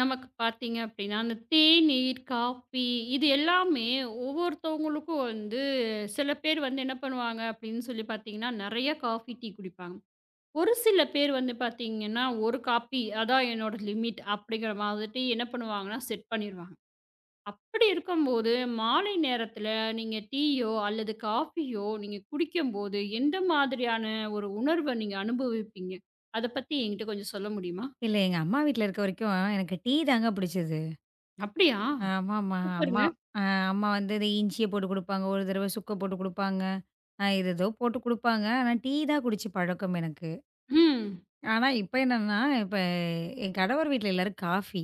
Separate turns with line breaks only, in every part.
நமக்கு பார்த்தீங்க அப்படின்னா, அந்த தேநீர், காஃபி இது எல்லாமே ஒவ்வொருத்தவங்களுக்கும் வந்து சில பேர் வந்து என்ன பண்ணுவாங்க அப்படின்னு சொல்லி பார்த்தீங்கன்னா, நெறைய காஃபி, டீ குடிப்பாங்க. ஒரு சில பேர் வந்து பார்த்தீங்கன்னா, 1 காப்பி அதான் என்னோட லிமிட் அப்படிங்கிற மாதிரி என்ன பண்ணுவாங்கன்னா, செட் பண்ணிருவாங்க. அப்படி இருக்கும்போது மாலை நேரத்தில நீங்க டீயோ அல்லது காஃபியோ நீங்க குடிக்கும்போது, எந்த மாதிரியான ஒரு உணர்வ நீங்க அனுபவிப்பீங்க? அத பத்தி என்கிட்ட கொஞ்சம் சொல்ல முடியுமா?
இல்ல எங்க அம்மா வீட்ல இருக்க வரைக்கும் எனக்கு டீ தாங்க பிடிச்சது.
அப்படியா!
ஆமாமா. அம்மா
சூப்பருங்க.
அம்மா வந்து இந்த இஞ்சிய போட்டு குடுப்பாங்க, ஒரு தடவ சுக்க போட்டு குடுப்பாங்க. இது ஏதோ போட்டு குடுப்பாங்க. ஆனா டீ தான் குடிச்சு பழக்கம் எனக்கு.
ம்.
ஆனா இப்ப என்னன்னா, இப்ப என் கணவர் வீட்ல எல்லாரும் காஃபி.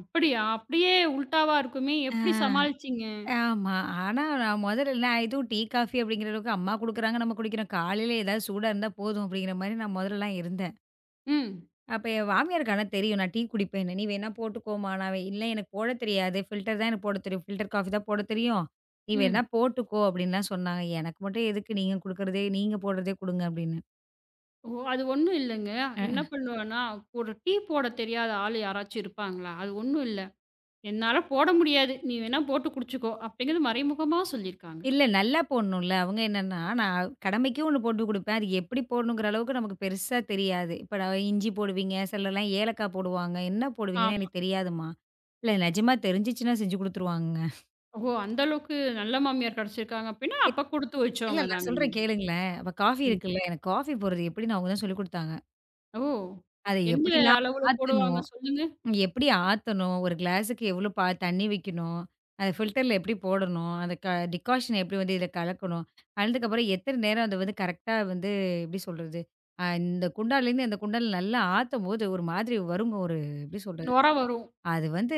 அப்படியா? அப்படியே உல்டாவா இருக்குமே!
ஆ
எப்படி சமாளிச்சீங்க?
ஆமா. ஆனா நான் முதல்ல எதுவும் டீ, காஃபி அப்படிங்கிற அளவுக்கு அம்மா குடுக்குறாங்க, நம்ம குடிக்கிறோம். காலையில ஏதாவது சூடா இருந்தா போதும் அப்படிங்கிற மாரி நான் முதல்லலாம் இருந்தேன்.
ம்,
அப்ப என் மாமியாருக்கு ஆனா தெரியும். நான் டீ குடிப்பேன்னு. "நீ வேணா போட்டுக்கோமா." நான், "இல்ல எனக்கு போடத் தெரியாது. ஃபில்டர் தான் எனக்கு போடத் தெரியும். ஃபில்டர் காஃபி தான் போடத் தெரியும். நீ வேணா
ம்.
போட்டுக்கோ" அப்படின்லாம் சொன்னாங்க. எனக்கு மட்டும் எதுக்கு நீங்க குடுக்குறதே, நீங்க போடுறதே குடுங்க அப்படின்னு.
ஓ! அது ஒண்ணும் இல்லங்க. என்ன
அஹ.
பண்ணுவேன்னா, ஒரு டீ போட தெரியாத ஆள் யாராச்சும் இருப்பாங்களா? அது ஒண்ணும் இல்ல. "என்னால போட முடியாது. நீ வேணா போட்டு குடிச்சுக்கோ" அப்படிங்கிறது மறைமுகமா சொல்லியிருக்காங்க.
இல்ல நல்லா போடணும்ல. அவங்க என்னன்னா, நான் கடமைக்கு ஒண்ணு போட்டு குடுப்பேன். அது எப்படி போடணுங்கிற அளவுக்கு நமக்கு பெருசா தெரியாது. இப்ப நான் இஞ்சி போடுவீங்க, சிலர்லாம் ஏலக்காய் போடுவாங்க. என்ன போடுவீங்கன்னு
ஆமா.
எனக்கு தெரியாதும்மா. இல்ல நிஜமா தெரிஞ்சுச்சுன்னா செஞ்சு குடுத்துருவாங்கங்க.
ஓ! அந்த அளவுக்கு நல்ல மாமியார் கிடைச்சிருக்காங்க அப்படின்னா, அப்ப குடுத்து
இல்ல
வச்சவங்க
நான்
தாங்க
சொல்றேன்
நீங்க.
கேளுங்களேன். அப்ப காஃபி
ம்.
இருக்குல்ல. எனக்கு காஃபி போடுறது எப்படின்னு அவங்க தான் சொல்லிக் குடுத்தாங்க.
ஓ!
அத
எந்த
எப்படிலாம்
அளவுல போடுவாங்க
ஆத்தணும்?
சொல்லுங்க?
எப்படி ஆத்தணும்? ஒரு கிளாஸுக்கு எவ்வளோ தண்ணி வைக்கணும்? அத ஃபில்டர்ல எப்படி போடணும்? அந்த டிகாஷன எப்படி வந்து இதில கலக்கணும்? கலந்ததுக்கப்புறம் எத்தன நேரம் அத வந்து கரெக்ட்டா வந்து எப்படி சொல்றது? இந்த குண்டான்லேருந்து அந்த குண்டான்ல நல்லா ஆத்தும்போது ஒரு மாதிரி வருங்க. ஒரு எப்படி சொல்றது?
நொர வரும்.
அது வந்து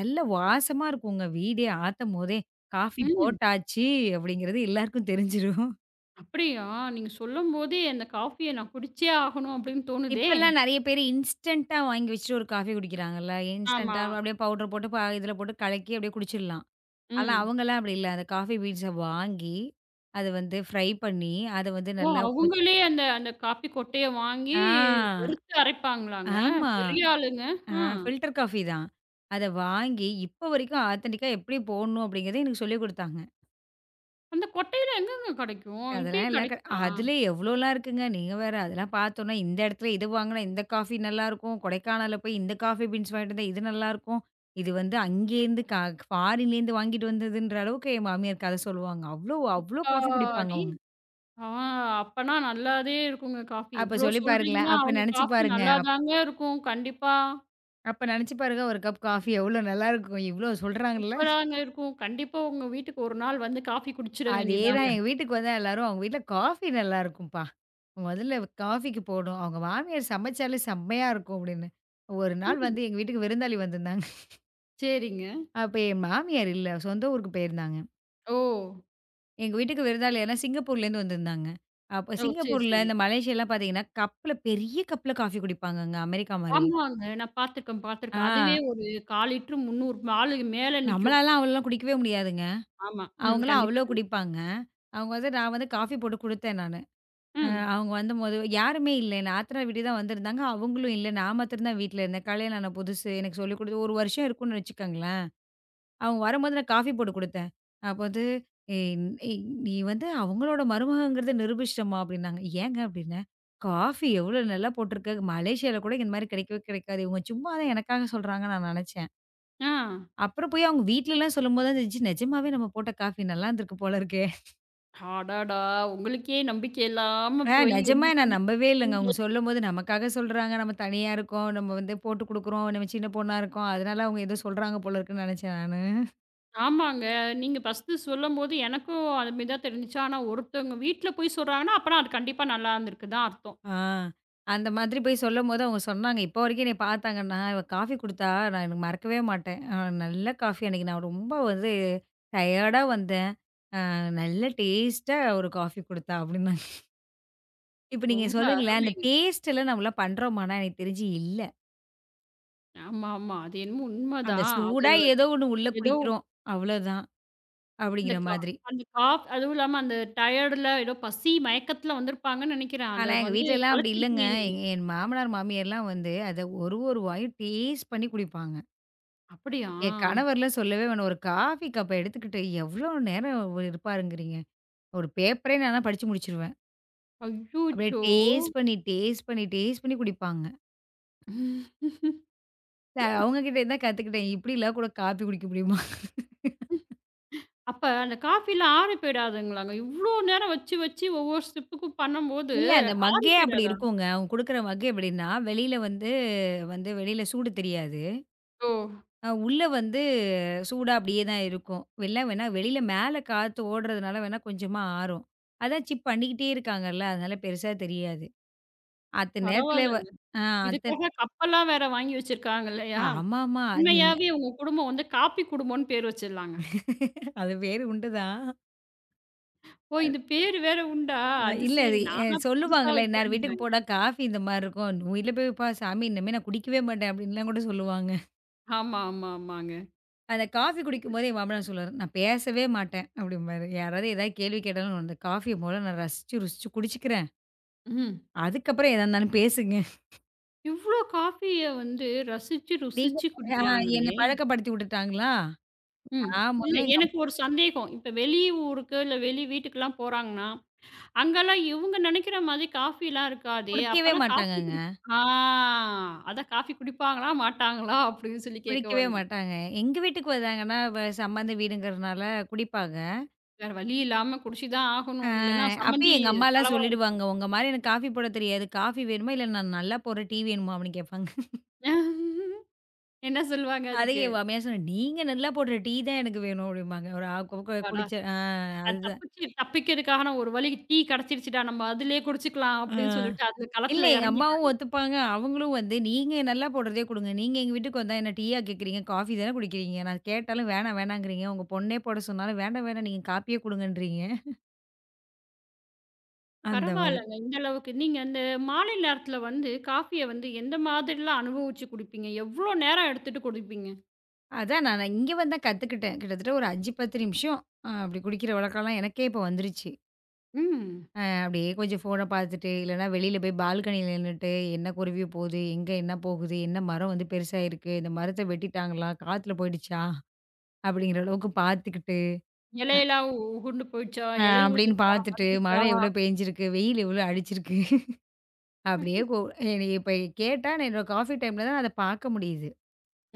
நல்ல வாசமா இருக்குங்க, வீடே ஆத்தம்போதே. காஃபி
ம்.
போட்டாச்சு அப்படிங்கிறது எல்லாருக்கும் தெரிஞ்சிரும்.
அப்படியா? நீங்க சொல்லும்போதே அந்த காஃபிய நான் குடிச்சே ஆகணும் அப்படின்னு தோணுதே!
இப்பல்லாம் நெறைய பேரு இன்ஸ்டன்ட்டா வாங்கி வச்சுட்டு ஒரு காஃபி குடிக்கிறாங்கல்ல.
ஆமா.
இன்ஸ்டன்ட்டா அப்படியே பவுடர் போட்டு இதில போட்டு கலக்கி அப்படியே குடிச்சிடலாம். ஆனா
ம்.
அவங்கலாம் அப்படி இல்ல. அந்த காஃபி பீன்ஸ வாங்கி, அத வந்து ஃப்ரை பண்ணி, அத வந்து
ஓ!
நல்லா குடுத்
அவங்களே அந்த அந்த காப்பி கொட்டைய வாங்கி
ஆ
வறுத்து அரைப்பாங்களாங்க?
ஆமா.
பெரிய ஆளுங்க.
ஆ
ஆ.
ஃபில்டர் காஃபி தான். அத வாங்கி இப்ப வரைக்கும் ஆத்தென்டிக்கா எப்படி போடணும் அப்படிங்கிறத எனக்கு சொல்லிக் குடுத்தாங்க.
அந்த கொட்டையில எங்கங்க கெடைக்கும்?
அதெல்லாம்
இப்பயும்
எல்லா கட
கெடைக்குதா?
அதிலே எவ்வளோலாம் இருக்குங்க. நீங்க வேற. அதெல்லாம் பார்த்தோன்னா, இந்த இடத்துல இது வாங்குனா இந்த காஃபி நல்லாருக்கும். கொடைக்கானல்ல போய் இந்த காஃபி பீன்ஸ் வாங்கிட்டு வந்தா இது நல்லாருக்கும். இது வந்து அங்கேருந்து கா ஃபாரின்லேருந்து வாங்கிட்டு வந்ததுன்ற அளவுக்கு என் மாமியார் கத சொல்லுவாங்க. அவ்ளோ அவ்ளோ காஃபி குடிப்பாங்க
அப்பாடி!
அவங்க.
ஆ, அப்பன்னா நல்லாவே இருக்குங்க காஃபி.
அப்ப
இவ்ளோ
சொல்லி பாருங்களேன்.
சொல்றீங்கன்னா,
அப்ப
அவங்க
நெனச்சு
காஃபி
பாருங்க. அப்
நல்லாதாங்க இருக்கும். கண்டிப்பா.
அப்ப நெனச்சு பாருங்க. ஒரு கப் காஃபி எவ்ளோ நல்லாருக்கும். இவ்ளோ சொல்றாங்கல்ல.
சூப்பராங்க இருக்கும். கண்டிப்பா உங்க வீட்டுக்கு ஒரு நாள் வந்து காஃபி குடிச்சிட
அதேதான்.
வேண்டியதாங்க.
எங்க வீட்டுக்கு வந்தா எல்லாரும், "அவங்க வீட்ல காஃபி நல்லாருக்கும்ப்பா. மொதல்ல காஃபிக்கு போணும். அவங்க மாமியார் சமைச்சாலே செம்மையா இருக்கும்" அப்படின்னு. ஒரு நாள்
ம்.
வந்து எங்க வீட்டுக்கு விருந்தாளி வந்திருந்தாங்க.
சரிங்க.
அப்ப என் மாமியார் இல்ல. சொந்த ஊருக்கு போயிருந்தாங்க.
ஓ!
எங்க வீட்டுக்கு விருந்தாளி யார்னா சிங்கப்பூர்லேருந்து வந்திருந்தாங்க. அப்ப
ஓ! சரி,
சிங்கப்பூர்ல,
சரி.
இந்த மலேசியாலாம் பார்த்தீங்கன்னா, பெரிய கப்ல காஃபி குடிப்பாங்கங்க. அமெரிக்கா மாரி.
ஆமாங்க. நான் பார்த்துருக்கேன், பார்த்துருக்கேன். அதுவே
ஆ
ஒரு 1/4 லிட்டர் 300 மேல நிக்கும்.
நம்மளாலாம் அவ்வளோலாம் குடிக்கவே முடியாதுங்க.
ஆமா. ம்.
அவங்கலாம்
கண்டிப்பா,
அவ்வளோ
கண்டிப்பா.
குடிப்பாங்க. அவங்க வந்து நான் வந்து காஃபி போட்டு குடுத்தேன் நானு. அ
ம்.
அவங்க வந்தம்போது யாருமே இல்ல. என் நாத்தனார் வீட்டுக்கு தான் வந்திருந்தாங்க. அவங்களும் இல்ல. நான் மாத்திரம் தான் வீட்ல இருந்தேன். கல்யாணம் ஆன புதுசு. எனக்கு சொல்லிக் குடுத்து 1 வருஷம் இருக்கும்னு வச்சுக்கோங்களேன். அவங்க வரும்போது நான் காஃபி போட்டு குடுத்தேன். அப்ப வந்து, "ஏய் ஏய், நீ வந்து அவங்களோட மருமகங்கிறத நிரூபிச்சிட்டம்மா" அப்படின்னாங்க. "ஏங்க?" அப்படின்னேன். "காஃபி எவ்ளோ நல்லா போட்டிருக்க. மலேசியால கூட இந்த மாரி கிடைக்கவே கிடைக்காது. இவங்க சும்மா தான் எனக்காக சொல்றாங்கன்னு நான் நெனச்சேன்."
ஆ.
அப்புறம் போய் அவங்க வீட்லலாம் சொல்லும்போது தான் தெரிஞ்சுச்சு, நிஜமாவே நம்ம போட்ட காஃபி நல்லா இருந்திருக்கு போல இருக்கே!
அடடா! உங்களுக்கே நம்பிக்கை இல்லாம போய் வந்து
நிஜமா நான் நம்பவே இல்லங்க. அவங்க
சண்டைக்கு
சொல்லும்போது நமக்காக சொல்றாங்க, நம்ம தனியா இருக்கோம், நம்ம வந்து போட்டு குடுக்குறோம், நம்ம சின்ன பொண்ணா இருக்கோம். அதனால அவங்க ஏதோ சொல்றாங்க போல இருக்குன்னு நெனச்சேன் நானு.
ஆமாங்க. நீங்க ஃபர்ஸ்ட்டு சொல்லும்போது எனக்கும் அது மாரி தான் தெரிஞ்சுச்சு. ஆனா ஒருத்தவங்க வீட்ல போய் சொல்றாங்கன்னா, அப்பனா அது கண்டிப்பா நல்லா இருந்திருக்கு தான் அர்த்தம்.
ஆ அந்த மாதிரி போய் சொல்லும்போது அவங்க சொன்னாங்க. இப்போ வரைக்கும் என்னைய பார்த்தாங்கன்னா, "இவ காஃபி குடுத்தா நான் எனக்கு மறக்கவே மாட்டேன். நல்ல காஃபி. அன்னைக்கு நான் ரொம்ப வந்து டயர்டா வந்தேன். நல்ல டேஸ்ட்டா ஒரு காஃபி குடுத்தா" அப்படின்னாங்க. இப்ப நீங்க
ரொம்ப
சொல்லுங்களேன், அந்த
அருமைங்க.
டேஸ்ட் எல்லாம் நம்மலாம் பண்றோமான்னா, எனக்கு தெரிஞ்சு இல்ல.
ஆமா, ஆமா. அது என்னமோ
அந்த
உண்மதான். அது
சூடா ஏதோ ஒண்ணு உள்ள
ஏதோ
குடிக்கிறோம். அவ்வளோதான்
இந்த
அப்படிங்கிற
கா
மாதிரி.
அந்த காஃப் அதுவும் இல்லாம அந்த டயர்டுல ஏதோ பசி மயக்கத்துல வந்திருப்பாங்கன்னு நெனைக்கிறேன்.
ஆனா,
அத
எங்க
வந்து
வீட்லலாம் அப்படி இல்லங்க.
கலைச்சிருக்கீங்க நீங்க.
எங்க என் மாமனார், மாமியார்லாம் வந்து அத ஒரு ஒரு வாயும் டேஸ்ட் பண்ணி குடிப்பாங்க.
அப்படியா?
என் கணவர்லாம் சொல்லவே வேணாம். ஒரு காஃபி கப்ப எடுத்துக்கிட்டு எவ்வளோ நேரம் இருப்பாருங்கிறீங்க? ஒரு பேப்பரே நானா படிச்சு முடிச்சுருவேன். அப்படியே
அய்யச்சோ!
டேஸ்ட் பண்ணி, டேஸ்ட் பண்ணி, டேஸ்ட் பண்ணி குடிப்பாங்க. நான் அவங்க கிட்டேருந்து தான் கத்துக்கிட்டேன். இப்படிலாம் கூட காஃபி குடிக்க முடியுமா?
அப்ப அந்த காஃபில ஆறி போயிடாதுங்களாங்க? இவ்ளோ நேரம் வச்சு, வச்சு ஒவ்வொரு ஸ்டெப்புக்கும் பண்ணும்போது
இல்ல அந்த
ஆறி
மக்கே அப்படி
போயிடாதா?
இருக்குங்க. அவங்க குடுக்குற மக் எப்படின்னா, வெளியில வந்து வந்து வெளியில சூடு தெரியாது.
ஓ!
உள்ள வந்து சூடா அப்படியே தான் இருக்கும். வெள்ளம் வேணா வெளியில மேல காத்து ஓடுறதுனால வேணா கொஞ்சமா ஆறும். அதான் சிப் பண்ணிக்கிட்டே இருக்காங்கல்ல, அதனால பெருசா தெரியாது. அத்தன நேரத்துல வ
பரவால்லங்க.
ஆ அத்தன்
இதுக்காக கப்பெல்லாம் வேற வாங்கி வச்சிருக்காங்க இல்லையா?
ஆமாமா. நீங்க
உண்மையாவே உங்க குடும்பம் வந்து காப்பி குடும்பம்ன்னு பேர் வச்சிடலாங்க.
அது பேரு உண்டுதான்.
ஓ! இது பேரு வேற உண்டா? அது
இல்ல அது
சரி. நானா இப்ப புதுசா
சொல்லுவாங்கல்ல, "இன்னார்
வைக்கிறேன்னு
வீட்டுக்கு
நெனைக்கிறேங்க.
போடா காஃபி இந்த மாரி இருக்கும். உன் வீட்ல போய் ப்பா சாமி இனிமே நான் குடிக்கவே மாட்டேன்." அப்படின்லாம் கூட சொல்லுவாங்க.
ஆமா, ஆமா, ஆமாங்க.
அந்த காஃபி குடிக்கும்போது என் மாமனார் சொல்லுவாரு, "நான் பேசவே மாட்டேன்." அப்படிம்பாரு. யாராவது ஏதாவது கேள்வி கேட்டாலும், "அந்த காஃபிய மொதல்ல நான் ரசிச்சு, ருசிச்சு குடிச்சுக்கிறேன்.
ம்.
அதுக்கப்புறம் எதா இருந்தாலும் பேசுங்க."
இவ்ளோ காஃபிய வந்து ரசிச்சு,
நீங்க
ருசிச்சு
ஆ என்ன
குடிக்கிறாங்களே!
பழக்கப்படுத்தி விட்டுட்டாங்களா?
ம்.
நான்
இல்ல
முதல்ல இங்க
எனக்கு ஒரு சந்தேகம். இப்ப வெளி ஊருக்கு, இல்ல வெளி வீட்டுக்குலாம் போறாங்கன்னா, அங்கலாம் இவுங்க நெனைக்கிற மாதிரி காஃபிலாம் இருக்காதே!
குடிக்கவே
அப்பலாம் காஃபி
மாட்டாங்கங்க.
குடி ஆ அதான் காஃபி குடிப்பாங்களா? மாட்டாங்களா? அப்படின்னு சொல்லி கேட்க
குடிக்கவே
வந்தேன்.
மாட்டாங்க. எங்க வீட்டுக்கு வந்தாங்கன்னா, சம்பந்த வீடுங்கிறனால குடிப்பாங்க.
வேற வழி இல்லாம குடிச்சு தான்
அ
ஆகணும். இல்லன்னா சம்மந்தி
அப்பயும் எங்க அம்மாலாம்
கலவரம்.
சொல்லிடுவாங்க, "உங்க மாரி எனக்கு காஃபி போட தெரியாது. காஃபி வேணுமா? இல்ல நான் நல்லா போடுற டீ வேணுமா?" அப்படின்னு கேட்பாங்க.
என்ன சொல்லுவாங்க
அதே
அதுக்கு?
என் மாமியார் சொன்னா, "நீங்க நல்லா போடுற டீ தான் எனக்கு வேணும்" அப்படிம்பாங்க. ஒரு ஆ கொ கொ
அப்பாடா!
குடிச்ச ஆ
அது
அதுதான்.
தப்பிச்சு தப்பிக்கிறதுக்கான ஒரு வழி டீ கெடைச்சிருச்சுடா! நம்ம அதிலேயே குடிச்சுக்கலாம்
ஆ.
அப்படின்னு சொல்லிட்டு அந்த
இல்ல
களத்துல
எங்க அம்மாவும்
இறங்கிட்டாங்க.
ஒத்துப்பாங்க. அவங்களும் வந்து, "நீங்க நல்லா போடுறதே குடுங்க. நீங்க எங்க வீட்டுக்கு வந்தா என்ன டீயா கேட்கிறீங்க? காஃபி தானே குடிக்கிறீங்க. நான் கேட்டாலும் வேணாம் வேணாங்கிறீங்க. உங்க பொண்ணே போட சொன்னாலும் வேண்டாம் வேணாம் நீங்க காப்பியே குடுங்கன்றீங்க." அந்த மாதிரி.
பரவாயில்லங்க. இந்த அளவுக்கு நீங்க அந்த மாலை நேரத்துல வந்து காஃபிய வந்து எந்த மாதிரிலாம் அனுபவிச்சு குடிப்பீங்க? எவ்வளோ நேரம் எடுத்துட்டு குடிப்பீங்க?
அதான் நான் நான் இங்க வந்தா கத்துக்கிட்டேன். கிட்டத்தட்ட ஒரு 5, 10 நிமிஷம் அப்படி குடிக்கிற வழக்கம்லாம் எனக்கே இப்போ வந்துருச்சு.
ம்.
அப்படியே கொஞ்சம் ஃபோன பார்த்துட்டு, இல்லன்னா வெளியில போய் பால்கனியில நின்னுட்டு, என்ன குருவி போகுது? எங்க என்ன போகுது? என்ன மரம் வந்து பெருசாயிருக்கு? இந்த மரத்த வெட்டிட்டாங்களா? காத்துல போயிடுச்சா? அப்படிங்கிற அளவுக்கு பார்த்துக்கிட்டு
இலையெல்லாம் உகுந்து போயிடுச்சா? இலை
அப்படின்னு
உதிர் காலம்
பார்த்துட்டு,
வந்துருச்சா?
மழை எவ்வளோ பெஞ்சிருக்கு, வெயில் எவ்வளோ அடிச்சிருக்கு. அப்படியே கோ என்னைய இப்ப கேட்டா நான் என்னோட காஃபி டைம்ல தான் அத பார்க்க முடியுது.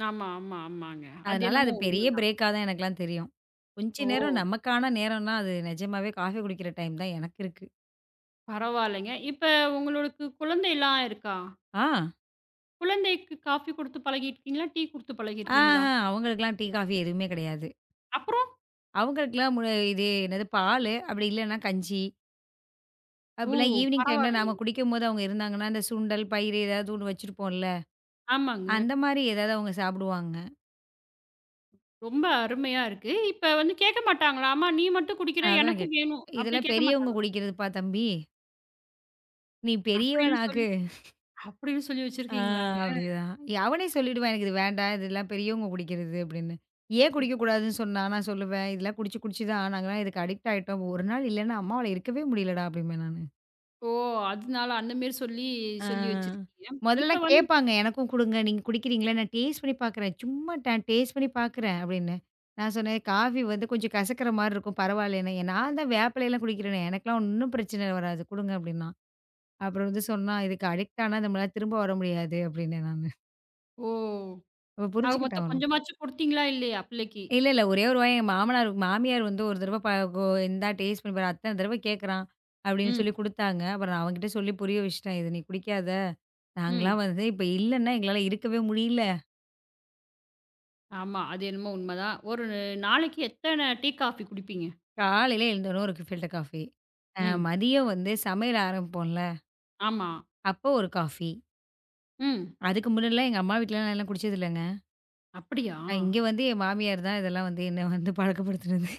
ஆமா, ஆமா, ஆமாங்க. அது
அதனால
என்னமோ
அது
உண்மை.
பெரிய பிரேக்கா தான் எனக்கெல்லாம் தெரியும். கொஞ்ச நேரம்
ஓ!
நமக்கான நேரம்னா, அது நிஜமாவே காஃபி குடிக்கிற டைம் தான் எனக்கு இருக்கு.
பரவாயில்லைங்க. இப்ப உங்களுக்கு குழந்தைலாம் இருக்கா?
ஆ,
குழந்தைக்கு காஃபி குடுத்து பழகியிருக்கீங்களா? டீ குடுத்து பழகியிருக்கீங்களா?
ஆஹா அவங்களுக்கெல்லாம் டீ, காஃபி எதுவுமே கிடையாது.
அப்புறம்?
அவங்களுக்கெல்லாம் மு இது என்னது பாலு, அப்படி இல்லன்னா கஞ்சி.
ஓ!
அப்படிலாம் ஈவினிங் டைம்ல
பரவாயில்லையே.
நாம குடிக்கும்போது அவங்க இருந்தாங்கன்னா, இந்த சுண்டல், பயிறு ஏதாவது ஒண்ணு வச்சிருப்போம்ல,
ஆமாங்க.
அந்த மாரி ஏதாவது அவங்க சாப்பிடுவாங்க.
ரொம்ப அருமையா இருக்கு. இப்ப வந்து கேட்க மாட்டாங்களா? அம்மா நீ மட்டும் குடிக்கிற
அதெல்லாம் கேட்
எனக்கும் வேணும். அப்படி
இதெல்லாம்
கேட்க
பெரியவங்க
மாட்டாங்க.
குடிக்கிறதுப்பா தம்பி! நீ பெரியவன்
அப்படின்னு சொல்லி
ஆக்கு.
அப்படின்னு சொல்லி
ஆ
வச்சிருக்கீங்களாங்க.
அப்படிதான். அவனே சொல்லிடுவான் எனக்கு இது வேண்டாம். இதெல்லாம் பெரியவங்க குடிக்கிறது அப்படின்னு. ஏன் குடிக்கக்கூடாதுன்னு சொன்னா? நான் சொல்லுவேன், இதெல்லாம் குடிச்சு குடிச்சு தான் நாங்கலாம் இதுக்கு அடிக்ட் ஆயிட்டோம். ஒரு நாள் இல்லன்னா அம்மாவால இருக்கவே முடியலடா அப்படிம்பேன் நானு.
ஓ! அதனால அந்த மாரி சொல்லி
ஆ.
சொல்லி வச்சிருக்கீங்க. இப்ப
முதல்லலாம்
வந்து
கேட்பாங்க, எனக்கும் குடுங்க. நீங்க குடிக்கிறீங்களா? நான் டேஸ்ட் பண்ணி பார்க்குறேன். சும்மா நான் டேஸ்ட் பண்ணி பார்க்குறேன் அப்படின்னேன். நான் சொன்னேன், காஃபி வந்து கொஞ்சம் கசக்கிற மாரி இருக்கும். பரவாயில்லன்னு. நான் தான் வேப்பிலைலாம் குடிக்கிறேனே. எனக்கெல்லாம் ஒண்ணும் பிரச்சனை வராது. குடுங்க அப்படின்னா. அப்புறம் வந்து சொன்னா, "இதுக்கு அடிக்ட் ஆனா நம்மளால திரும்ப வர முடியாது" அப்படின்னேன் நானு.
ஓ!
அவ
ஆக
புரிஞ்சுக்கிட்டா
மொத்தம்
அவனும்.
கொஞ்சமாச்சும் குடுத்தீங்களா இல்லையா பிள்ளைக்கு?
இல்ல, இல்ல. ஒரே ஒரு வாய் எங்க மாமனார் மாமியார் வந்து ஒரு தடவ ப கோ இந்தா டேஸ்ட் பண்ணி பாரு. அத்தன தடவ கேட்குறான் அப்படின்னு
ம்,
சொல்லி குடுத்தாங்க. அப்புறம் நான் அவன்கிட்ட சொல்லி புரிய வச்சுட்டேன். "இத நீ குடிக்காத. நாங்கலாம்
ம்.
வந்து இப்ப இல்லன்னா எங்களால இருக்கவே முடியல.
ஆமா. அது என்னமோ உண்மதான். ஒரு நாளைக்கு எத்தன டீ, காஃபி குடிப்பீங்க?
காலையில எழுந்தோன ஒரு ஃபில்டர் காஃபி.
ம்.
மதியம் வந்து சமையல் ஆரம்பிப்போம்ல,
ஆமா.
அப்போ ஒரு காஃபி.
ம்.
அதுக்கு முன்னாடிலாம் எங்க அம்மா வீட்லலாம் நான் இதெல்லாம் குடிச்சது இல்லங்க.
அப்படியா?
இங்க வந்து என் மாமியார் தான் இதெல்லாம் வந்து என்ன வந்து பழக்கப்படுத்துனது."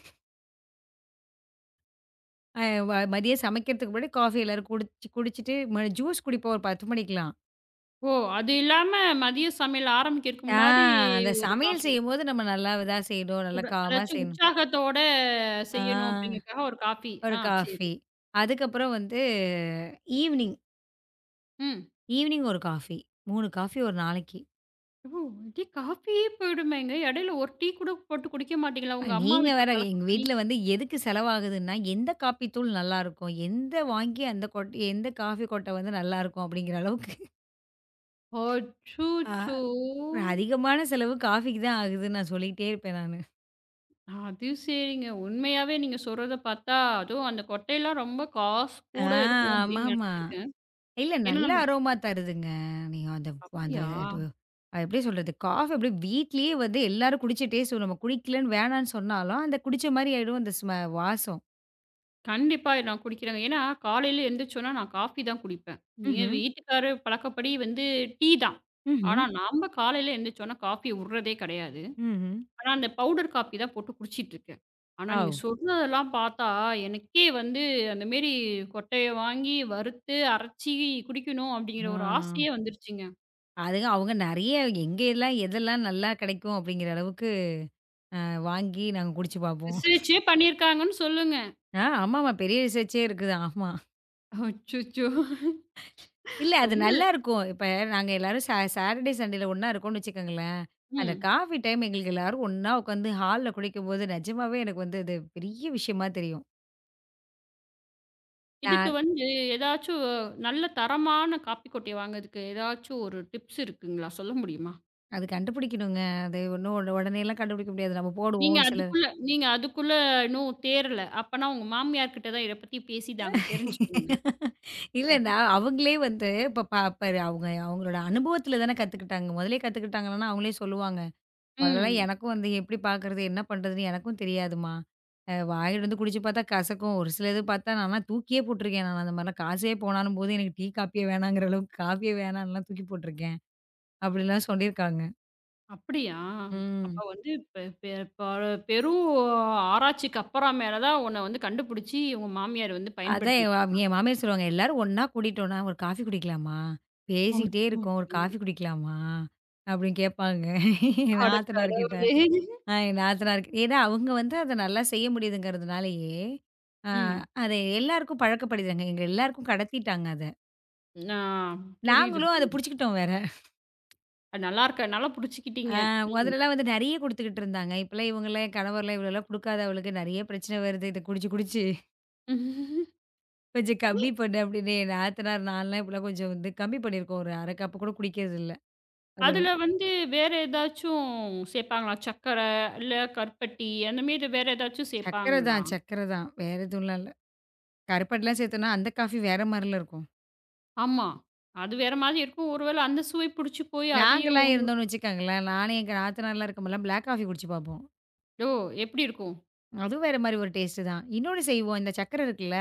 அ வ மதியம் சமைக்கிறதுக்கு முன்னாடி காஃபி எல்லாரும் குடிச்சு குடிச்சிட்டு ஜூஸ் குடிப்போம் ஒரு 10 மணிக்கெல்லாம்.
ஓ! அது இல்லாம மதிய சமையல் ஆரம்பிக்கிறதுக்கு
ஆ,
முன்னாடி
அந்த
ஒரு
சமையல்
காஃபி.
செய்யும்போது நம்ம நல்லா இதா செய்யணும். நல்லா
ஒரு
காமா
அதாச்சும்
செய்யணும்.
உற்சாகத்தோட
ஆ.
செய்யணும் அப்படிங்கிறதுக்காக ஒரு காஃபி.
ஒரு
ஆ சரி.
காஃபி. அதுக்கப்புறம் வந்து ஈவ்னிங்
ம்.
ஈவ்னிங் ஒரு காஃபி. 3 காஃபி ஒரு நாளைக்கு.
ஓ! டீ காஃபியே போயிடுமேங்க. இடையில ஒரு டீ கூட போட்டு குடிக்க மாட்டீங்களா? உங்க அம்மா
நீங்க
வீட்டு
வேற எங்க
பழக்கப்படி?
வீட்ல வந்து எதுக்கு செலவாகுதுன்னா, எந்த காப்பி தூள் நல்லாருக்கும்? எந்த காஃபி கொட்ட வந்து நல்லாருக்கும்? அப்படிங்கிற அளவுக்கு அ
அச்சச்சோ!
அதிகமான செலவு காஃபிக்கு தான் ஆகுதுன்னு நான் சொல்லிட்டே இருப்பேன் நானு.
அது சரிங்க. உண்மையாவே நீங்க சொல்றத பார்த்தா, அதுவும் அந்த கொட்டையெல்லாம் ரொம்ப காசு
ஆ,
கூட இருக்கும் அப்படின்னு
ஆமாமா.
நினைச்சிருக்கேன்.
இல்ல
ஏன்னா
நல்ல
நம்ம
அரோமா தருதுங்க. நீங்க அந்த அந்த
அப்படியா?
அது அது எப்படி சொல்றது? காஃபி அப்படியே வீட்லயே வந்து எல்லாரும் குடிச்சிட்டே சோ நம்ம குடிக்கலன்னு வேணான்னு சொன்னாலும், அந்த குடிச்ச மாரி ஆயிடும் அந்த வாசம்.
கண்டிப்பா நான் குடிக்கிறேங்க. ஏன்னா காலையில எந்திரிச்சோன்னா நான் காஃபி தான் குடிப்பேன். என்
ம்ஹ்ம்.
வீட்டுக்காரு பழக்கப்படி வந்து டீ தான்.
ம்ஹ்ம்.
ஆனா நம்ம காலையில எந்திரிச்சோன்னா காஃபி விடுறதே கிடையாது.
ம்ஹ்ம்.
ஆனா அந்த பவுடர் காப்பி தான் போட்டு குடிச்சிட்டு இருக்கேன். ஆனா நீங்க
ஆவ்!
சொல்றதெல்லாம் பார்த்தா, எனக்கே வந்து அந்த மாரி கொட்டைய வாங்கி வறுத்து, அரைச்சி குடிக்கணும் அப்படிங்கிற
ஆ.
ஒரு ஆசையே வந்துருச்சுங்க.
அவங்க நெறைய எங்க எல்லாம் எதெல்லாம் நல்லா கெடைக்கும் அப்படிங்கிற அளவுக்கு வாங்கி நாங்க குடிச்சு பார்ப்போம்.
ரிசர்ச்சே பண்ணியிருக்காங்கன்னு சொல்லுங்க.
ஆமாமா. பெரிய ரிசர்ச்சே இருக்குது. ஆமா.
அச்சச்சோ!
இல்ல அது
ரொம்ப
நல்லாருக்கும். இப்ப நாங்க எல்லாரும் சாட்டர்டே, சண்டேல ஒண்ணா இருக்கோம்னு வச்சுக்கோங்களேன். அந்த
ம்.
காஃபி டைம் எங்களுக்கு எல்லாரும் ஒண்ணா உட்காந்து ஹால்ல குடிக்கும்போது நிஜமாவே எனக்கு வந்து அது பெரிய விஷயமா தெரியும்.
இதுக்கு
நான்
வந்து ஏதாச்சும் நல்ல தரமான காப்பி கொட்டை வாங்குறதுக்கு ஏதாச்சும் ஒரு டிப்ஸ் இருக்குங்களா? சொல்ல முடியுமா?
அது கண்டுபிடிக்கணுங்க. அது ஒண்ணும் உடனேலாம் கண்டுபிடிக்க முடியாது. நம்ம போடுவோம்
நீங்க
ஒரு சிலர்.
அதுக்குள்ள நீங்க அதுக்குள்ள இன்னும் தேறல. அப்பன்னா உங்க மாமியார் கிட்ட தான் இத பத்தி பேசிதாங்க தெரிஞ்சுக்கணுங்க.
இல்ல நான் அவங்களே வந்து இப்ப ப அவங்க அவங்களோட அனுபவத்துல தானே கத்துக்கிட்டாங்க. முதலே கத்துக்கிட்டாங்கன்னா அவங்களே சொல்லுவாங்க. முதல்லலாம்
ம்.
எனக்கும் வந்து எப்படி பார்க்குறது? என்ன பண்றதுன்னு எனக்கும் தெரியாதும்மா. வாயில வந்து குடிச்சு பார்த்தா கசக்கும். ஒரு சில இது பார்த்தா நான்லாம் தூக்கியே போட்டுருக்கேன். நான் அந்த மாரிலாம் காசே போனாலும்போது எனக்கு டீ, காப்பியே வேணாங்கிற அளவுக்கு காஃபியே வேணான்லாம் தூக்கி போட்டுருக்கேன். அப்படிலாம் சொல்லியிருக்காங்க.
அப்படியா? அப்ப
ம்.
வந்து பெ பெ பர பெரும் ஆராய்ச்சிக்கு அப்புறம் மேல தான் உன்ன வந்து கண்டுபிடிச்சு உங்க மாமியார் வந்து
அதான் என்
பயன்படுத்திட்டு
வா என் மாமியார் சொல்லுவாங்க, "எல்லாரும் ஒண்ணா கூட்டிட்டோம்னா, ஒரு காஃபி குடிக்கலாமா? பேசிக்கிட்டே
அச்சோ!
இருக்கோம். ஒரு காஃபி குடிக்கலாமா?" அப்படின்னு கேட்பாங்க. என்
அட
நாத்தனார் கிட்ட.
கடவுளே!
என் நாத்தனாருக்கு ஏன்னா, அவங்க வந்து அத நல்லா செய்ய முடியுதுங்கிறதுனாலயே, ஆ
ம்.
அத எல்லாருக்கும் பழக்கப்படுதுங்க. எங்க எல்லாருக்கும் கடத்திட்டாங்க அத.
ஆ புரியுது,
நாங்களும் அத
புரியுது.
புடிச்சுக்கிட்டோம் வேற.
அது நல்லா இருக்க நல்லா புடிச்சுக்கிட்டீங்க.
முதலலாம் வந்து நெறைய குடுத்துக்கிட்டு இருந்தாங்க. இப்பலாம் இவங்கலாம் என் கணவர்லாம் இவ்வளோலாம் குடுக்காத அவளுக்கு நெறைய பிரச்சனை வருது. இத குடிச்சு, குடிச்சு
ம்.
கொஞ்சம் கம்மி பண்ணு அப்படின்னு என் நாத்தனார் நான்லாம் இப்பலாம் கொஞ்சம் வந்து கம்மி பண்ணியிருக்கோம். ஒரு 1/2 கப்பு கூட குடிக்கிறதில்ல. அது
அதுல வந்து வேற ஏதாச்சும் சேப்பாங்களா? சக்கர, இல்ல கருப்பட்டி அந்த மாரி வேற ஏதாச்சும்
சர்க்கர
சேப்பாங்களா?
தான், சர்க்கர தான். வேற எதுவும்லாம் இல்ல. கருப்பட்டிலாம் சேர்த்தோம்னா அந்த காஃபி வேற மாரில இருக்கும்.
ஆமா. அது வேற மாதிரி இருக்கும். ஒரு வேள அந்த சுவை புடிச்சு போய் அதையும்
நாங்கலாம்
உங்க
இருந்தோம்னு வச்சுக்கோங்களேன், நானும் எங்க நாத்தனார்லாம் இருக்கும்போதெல்லாம் பிளாக் காஃபி குடிச்சு பார்ப்போம்.
ஓ! எப்படி இருக்கும்?
அதுவும் வேற மாரி ஒரு டேஸ்ட்டு தான். இன்னொன்னு செய்வோம். இந்த சர்க்கரை இருக்குல்ல,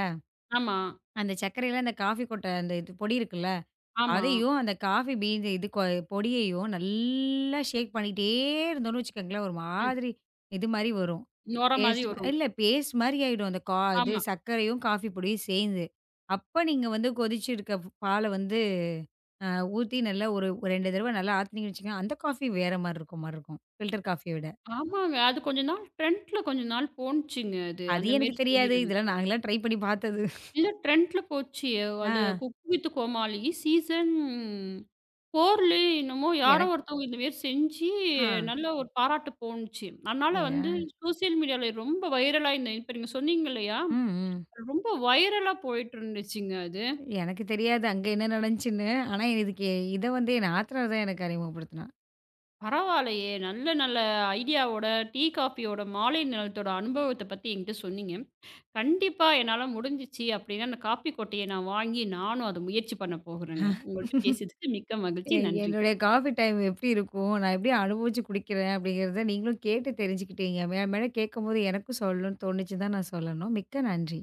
ஆமா,
அந்த சர்க்கரையில அந்த காஃபி கொட்ட அந்த இது பொடி இருக்குல்ல,
ஆமா.
அதையும் அந்த காஃபி பீன்ஸ் இது கொ பொடியையும் நல்லா ஷேக் பண்ணிட்டே இருந்தோம்னு வச்சுக்கோங்களேன், ஒரு
ம்.
மாதிரி இது மாரி வரும்.
நொர மாரி
பேஸ்ட் மா
வரும்.
இல்ல பேஸ்ட் மாரி ஆயிடும். அந்த கா இது
ஆமா.
சர்க்கரையும், காஃபி பொடியும் சேர்ந்து. அப்ப நீங்க வந்து கொதிச்சு இருக்க பால வந்து அ ஊத்தி நல்லா ஒரு 2 தடவ நல்லா ஆத்துனீங்கன்னு வச்சுக்கோங்க, அந்த காஃபி வேற மாரி இருக்கும். ஃபில்டர் காஃபிய விட.
ஆமாங்க. அது கொஞ்ச நாள் ட்ரெண்ட்ல கொஞ்ச நாள் போனுச்சுங்க அது.
அது
அந்த
எனக்கு
மாரி
தெரியாது.
செய்யறது.
இதெல்லாம் நாங்கலாம் ட்ரை பண்ணி பார்த்தது.
இல்ல ட்ரெண்ட்ல போச்சு.
ஆ
அது குக் வித் கோமாளி சீசன் 4லயே என்னமோ யாரோ
எனக்கு
ஒருத்தவங்க இந்த மாரி செஞ்சு
ஆ.
நல்ல ஒரு பாராட்டு போணுச்சு. அதனால
அப்படியா?
வந்து சோசியல் மீடியால ரொம்ப வைரலா இந்த இப்ப நீங்க சொன்னீங்க இல்லையா?
ம், ம்.
ரொம்ப வைரலா போயிட்டு இருந்துச்சுங்க அது.
எனக்கு தெரியாது அங்க என்ன நடந்துச்சுன்னு. ஆனா இதுக்கு இத வந்து என் நாத்தனார் தான் எனக்கு அறிமுகப்படுத்துனா.
பரவாயில்லையே! நல்ல நல்ல ஐடியாவோட, டீ, காஃபியோட மாலை நேரத்தோட அனுபவத்த பத்தி என்கிட்ட சொன்னீங்க. கண்டிப்பா என்னால முடிஞ்சுச்சு அப்படின்னா, அந்த காப்பி கொட்டைய நான் வாங்கி நானும் அத முயற்சி பண்ண போகுறேங்க. உங்கள்ட்ட பேசியதுக்கு மிக்க மகிழ்ச்சி. நன்றி.
என்னுடைய காஃபி டைம் எப்படி இருக்கும்? நான் எப்படி அனுபவிச்சு குடிக்கிறேன்? அப்படிங்கிறத நீங்களும் கேட்டு தெரிஞ்சுக்கிட்டீங்க. மேல மேல கேட்கும்போது எனக்கும் சொல்லணும்னு தோணுச்சு தான் நான் சொல்லணும். மிக்க நன்றி.